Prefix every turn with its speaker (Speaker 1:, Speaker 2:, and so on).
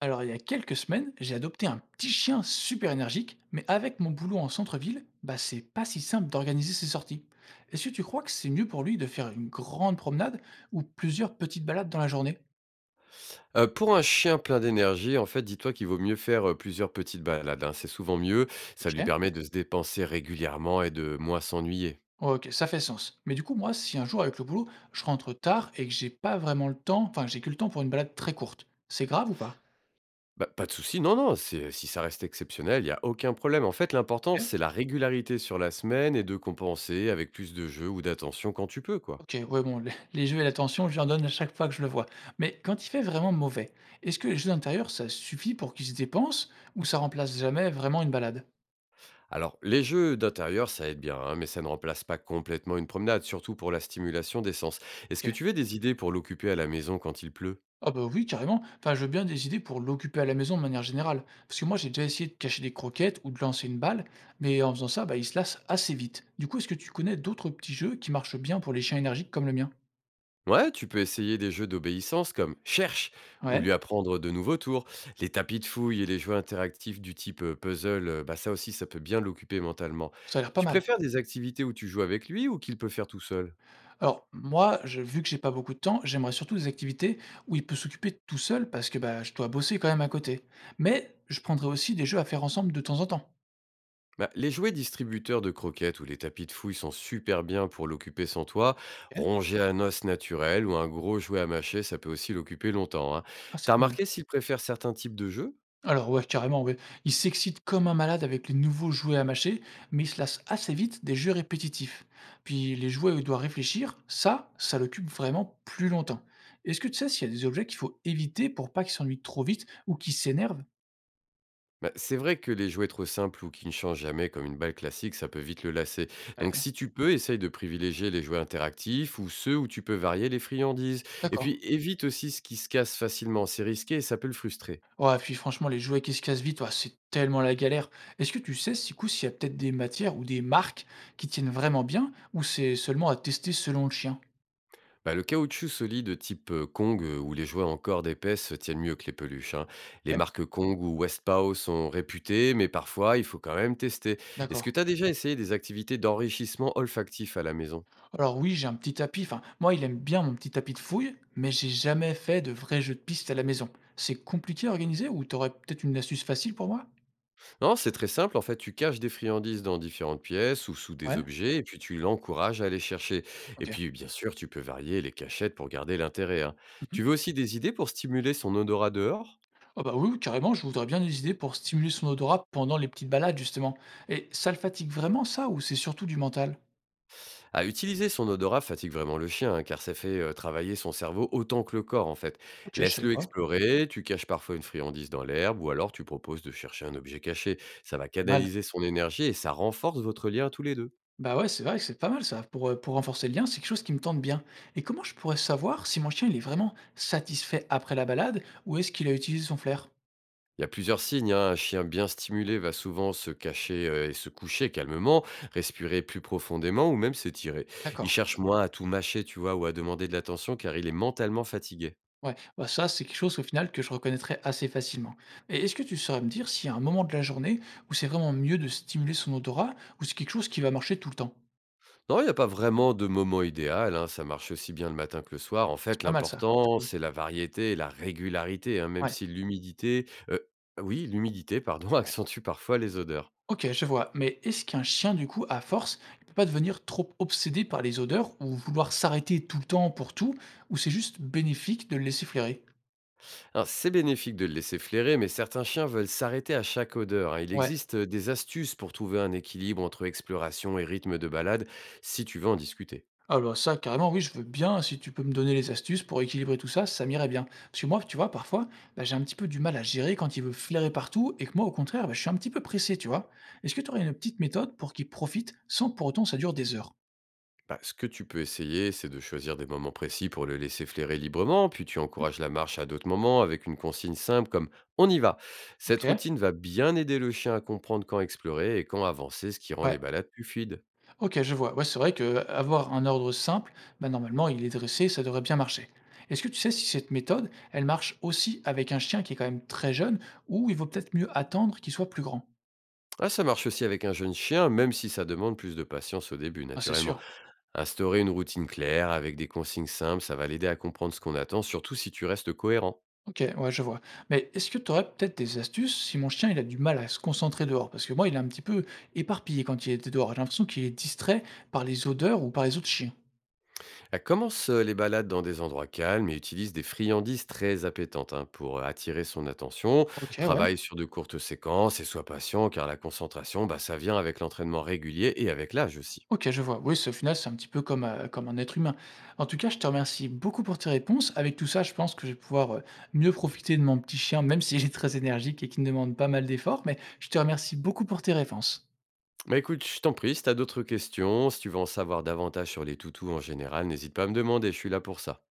Speaker 1: Alors, il y a quelques semaines, j'ai adopté un petit chien super énergique, mais avec mon boulot en centre-ville, bah, c'est pas si simple d'organiser ses sorties. Est-ce que tu crois que c'est mieux pour lui de faire une grande promenade ou plusieurs petites balades dans la journée?
Speaker 2: Pour un chien plein d'énergie, en fait, dis-toi qu'il vaut mieux faire, plusieurs petites balades, hein. C'est souvent mieux. Ça
Speaker 1: Ok.
Speaker 2: lui permet de se dépenser régulièrement et de moins s'ennuyer.
Speaker 1: Ok, ça fait sens. Mais du coup, moi, si un jour avec le boulot, je rentre tard et que j'ai pas vraiment le temps, enfin, j'ai que le temps pour une balade très courte, c'est grave ou pas?
Speaker 2: Bah, pas de souci, non, non, c'est si ça reste exceptionnel, il y a aucun problème. En fait, l'important, c'est la régularité sur la semaine et de compenser avec plus de jeux ou d'attention quand tu peux, quoi.
Speaker 1: OK, ouais, bon, les jeux et l'attention, je lui en donne à chaque fois que je le vois. Mais quand il fait vraiment mauvais, est-ce que les jeux d'intérieur, ça suffit pour qu'ils se dépensent ou ça remplace jamais vraiment une balade?
Speaker 2: Alors, les jeux d'intérieur, ça aide bien, hein, mais ça ne remplace pas complètement une promenade, surtout pour la stimulation des sens. Est-ce que
Speaker 1: OK.
Speaker 2: tu veux des idées pour l'occuper à la maison quand il pleut?
Speaker 1: Ah bah oui, carrément. Enfin, je veux bien des idées pour l'occuper à la maison de manière générale. Parce que moi, j'ai déjà essayé de cacher des croquettes ou de lancer une balle, mais en faisant ça, bah, il se lasse assez vite. Du coup, est-ce que tu connais d'autres petits jeux qui marchent bien pour les chiens énergiques comme le mien?
Speaker 2: Ouais, tu peux essayer des jeux d'obéissance comme Cherche ou
Speaker 1: Ouais,
Speaker 2: lui apprendre de nouveaux tours. Les tapis de fouille et les jeux interactifs du type puzzle, bah ça aussi, ça peut bien l'occuper mentalement.
Speaker 1: ça a l'air pas
Speaker 2: Tu
Speaker 1: mal.
Speaker 2: préfères des activités où tu joues avec lui ou qu'il peut faire tout seul?
Speaker 1: Alors moi, je vu que j'ai pas beaucoup de temps, j'aimerais surtout des activités où il peut s'occuper tout seul parce que, bah, je dois bosser quand même à côté. Mais je prendrais aussi des jeux à faire ensemble de temps en temps.
Speaker 2: Bah, les jouets distributeurs de croquettes ou les tapis de fouille sont super bien pour l'occuper sans toi.
Speaker 1: OK.
Speaker 2: Ronger un os naturel ou un gros jouet à mâcher, ça peut aussi l'occuper longtemps, hein.
Speaker 1: Ah, c'est
Speaker 2: T'as
Speaker 1: pas mal.
Speaker 2: remarqué s'il préfère certains types de jeux?
Speaker 1: Alors ouais, carrément, ouais. Il s'excite comme un malade avec les nouveaux jouets à mâcher, mais il se lasse assez vite des jeux répétitifs. Puis les jouets où il doit réfléchir, ça l'occupe vraiment plus longtemps. Est-ce que tu sais s'il y a des objets qu'il faut éviter pour pas qu'il s'ennuie trop vite ou qu'il s'énerve?
Speaker 2: Bah, c'est vrai que les jouets trop simples ou qui ne changent jamais, comme une balle classique, ça peut vite le lasser. Donc
Speaker 1: Ouais.
Speaker 2: si tu peux, essaye de privilégier les jouets interactifs ou ceux où tu peux varier les friandises. Et
Speaker 1: D'accord.
Speaker 2: puis évite aussi ce qui se casse facilement, c'est risqué et ça peut le frustrer.
Speaker 1: Ouais, puis franchement, les jouets qui se cassent vite, ouah, c'est tellement la galère. Est-ce que tu sais, du coup, s'il y a peut-être des matières ou des marques qui tiennent vraiment bien, ou c'est seulement à tester selon le chien?
Speaker 2: Bah, le caoutchouc solide type Kong, ou les jouets en corde épaisse tiennent mieux que les peluches, hein. Les
Speaker 1: Ok.
Speaker 2: marques Kong ou Westpaw sont réputées, mais parfois il faut quand même tester. Est-ce
Speaker 1: D'accord.
Speaker 2: que tu as déjà essayé des activités d'enrichissement olfactif à la maison?
Speaker 1: Alors oui, j'ai un petit tapis. Enfin, moi, il aime bien mon petit tapis de fouille, mais j'ai jamais fait de vrai jeu de piste à la maison. C'est compliqué à organiser, ou t'aurais peut-être une astuce facile pour moi?
Speaker 2: Non, c'est très simple. En fait, tu caches des friandises dans différentes pièces ou sous des
Speaker 1: Ouais.
Speaker 2: objets, et puis tu l'encourages à aller chercher. Et
Speaker 1: Ok.
Speaker 2: puis, bien sûr, tu peux varier les cachettes pour garder l'intérêt, hein.
Speaker 1: Mhm.
Speaker 2: Tu veux aussi des idées pour stimuler son odorat dehors?
Speaker 1: Oh bah oui, oui, carrément, je voudrais bien des idées pour stimuler son odorat pendant les petites balades, justement. Et ça le fatigue vraiment, ça, ou c'est surtout du mental?
Speaker 2: À utiliser son odorat fatigue vraiment le chien, hein, car ça fait travailler son cerveau autant que le corps, en fait.
Speaker 1: Ok, je savais
Speaker 2: Laisse-le
Speaker 1: pas.
Speaker 2: explorer, tu caches parfois une friandise dans l'herbe, ou alors tu proposes de chercher un objet caché. Ça va
Speaker 1: Pas mal.
Speaker 2: canaliser son énergie et ça renforce votre lien tous les deux.
Speaker 1: Bah ouais, c'est vrai que c'est pas mal ça. Pour renforcer le lien, c'est quelque chose qui me tente bien. Et comment je pourrais savoir si mon chien, il est vraiment satisfait après la balade ou est-ce qu'il a utilisé son flair?
Speaker 2: Il y a plusieurs signes, hein. Un chien bien stimulé va souvent se cacher et se coucher calmement, respirer plus profondément ou même s'étirer. Il
Speaker 1: D'accord.
Speaker 2: cherche, ouais, moins à tout mâcher, tu vois, ou à demander de l'attention car il est mentalement fatigué.
Speaker 1: Ouais, bah ça, c'est quelque chose au final que je reconnaîtrais assez facilement. Et est-ce que tu saurais me dire s'il y a un moment de la journée où c'est vraiment mieux de stimuler son odorat ou c'est quelque chose qui va marcher tout le temps?
Speaker 2: Non, il n'y a pas vraiment de moment idéal, hein. Ça marche aussi bien le matin que le soir. En fait,
Speaker 1: C'est pas mal ça, c'est
Speaker 2: l'important,
Speaker 1: cool.
Speaker 2: c'est la variété et la régularité, hein, même
Speaker 1: Ouais.
Speaker 2: si oui, l'humidité, pardon, accentue parfois les odeurs.
Speaker 1: OK, je vois. Mais est-ce qu'un chien, du coup, à force, il peut pas devenir trop obsédé par les odeurs ou vouloir s'arrêter tout le temps pour tout ou c'est juste bénéfique de le laisser flairer?
Speaker 2: Alors, c'est bénéfique de le laisser flairer, mais certains chiens veulent s'arrêter à chaque odeur, hein. Il
Speaker 1: Ouais.
Speaker 2: existe des astuces pour trouver un équilibre entre exploration et rythme de balade, si tu veux en discuter.
Speaker 1: Ah bah, ça carrément, oui, je veux bien, si tu peux me donner les astuces pour équilibrer tout ça, ça m'irait bien. Parce que moi, tu vois, parfois, bah, j'ai un petit peu du mal à gérer quand il veut flairer partout et que moi, au contraire, bah, je suis un petit peu pressé, tu vois. Est-ce que tu aurais une petite méthode pour qu'il profite sans pour autant ça dure des heures?
Speaker 2: Bah, ce que tu peux essayer, c'est de choisir des moments précis pour le laisser flairer librement, puis tu encourages la marche à d'autres moments avec une consigne simple comme on y va. Cette
Speaker 1: OK.
Speaker 2: routine va bien aider le chien à comprendre quand explorer et quand avancer, ce qui rend les
Speaker 1: Ouais.
Speaker 2: balades plus fluides.
Speaker 1: OK, je vois. Ouais, c'est vrai que avoir un ordre simple, bah, normalement, il est dressé, ça devrait bien marcher. Est-ce que tu sais si cette méthode, elle marche aussi avec un chien qui est quand même très jeune ou il vaut peut-être mieux attendre qu'il soit plus grand?
Speaker 2: Ah, ça marche aussi avec un jeune chien, même si ça demande plus de patience au début,
Speaker 1: Ah, c'est
Speaker 2: naturellement.
Speaker 1: sûr.
Speaker 2: Instaurer une routine claire avec des consignes simples, ça va l'aider à comprendre ce qu'on attend, surtout si tu restes cohérent.
Speaker 1: OK, ouais, je vois. Mais est-ce que tu aurais peut-être des astuces si mon chien il a du mal à se concentrer dehors? Parce que moi, il est un petit peu éparpillé quand il est dehors. J'ai l'impression qu'il est distrait par les odeurs ou par les autres chiens.
Speaker 2: Elle commence les balades dans des endroits calmes et utilise des friandises très appétantes, hein, pour attirer son attention.
Speaker 1: OK, ouais.
Speaker 2: Travaille sur de courtes séquences et sois patient car la concentration, bah, ça vient avec l'entraînement régulier et avec l'âge aussi.
Speaker 1: OK, je vois. Oui, c'est- au final, c'est un petit peu comme, comme un être humain. En tout cas, je te remercie beaucoup pour tes réponses. Avec tout ça, je pense que je vais pouvoir mieux profiter de mon petit chien, même s'il est très énergique et qu'il me demande pas mal d'efforts. Mais je te remercie beaucoup pour tes réponses.
Speaker 2: Bah écoute, je t'en prie, si t'as d'autres questions, si tu veux en savoir davantage sur les toutous en général, n'hésite pas à me demander, je suis là pour ça.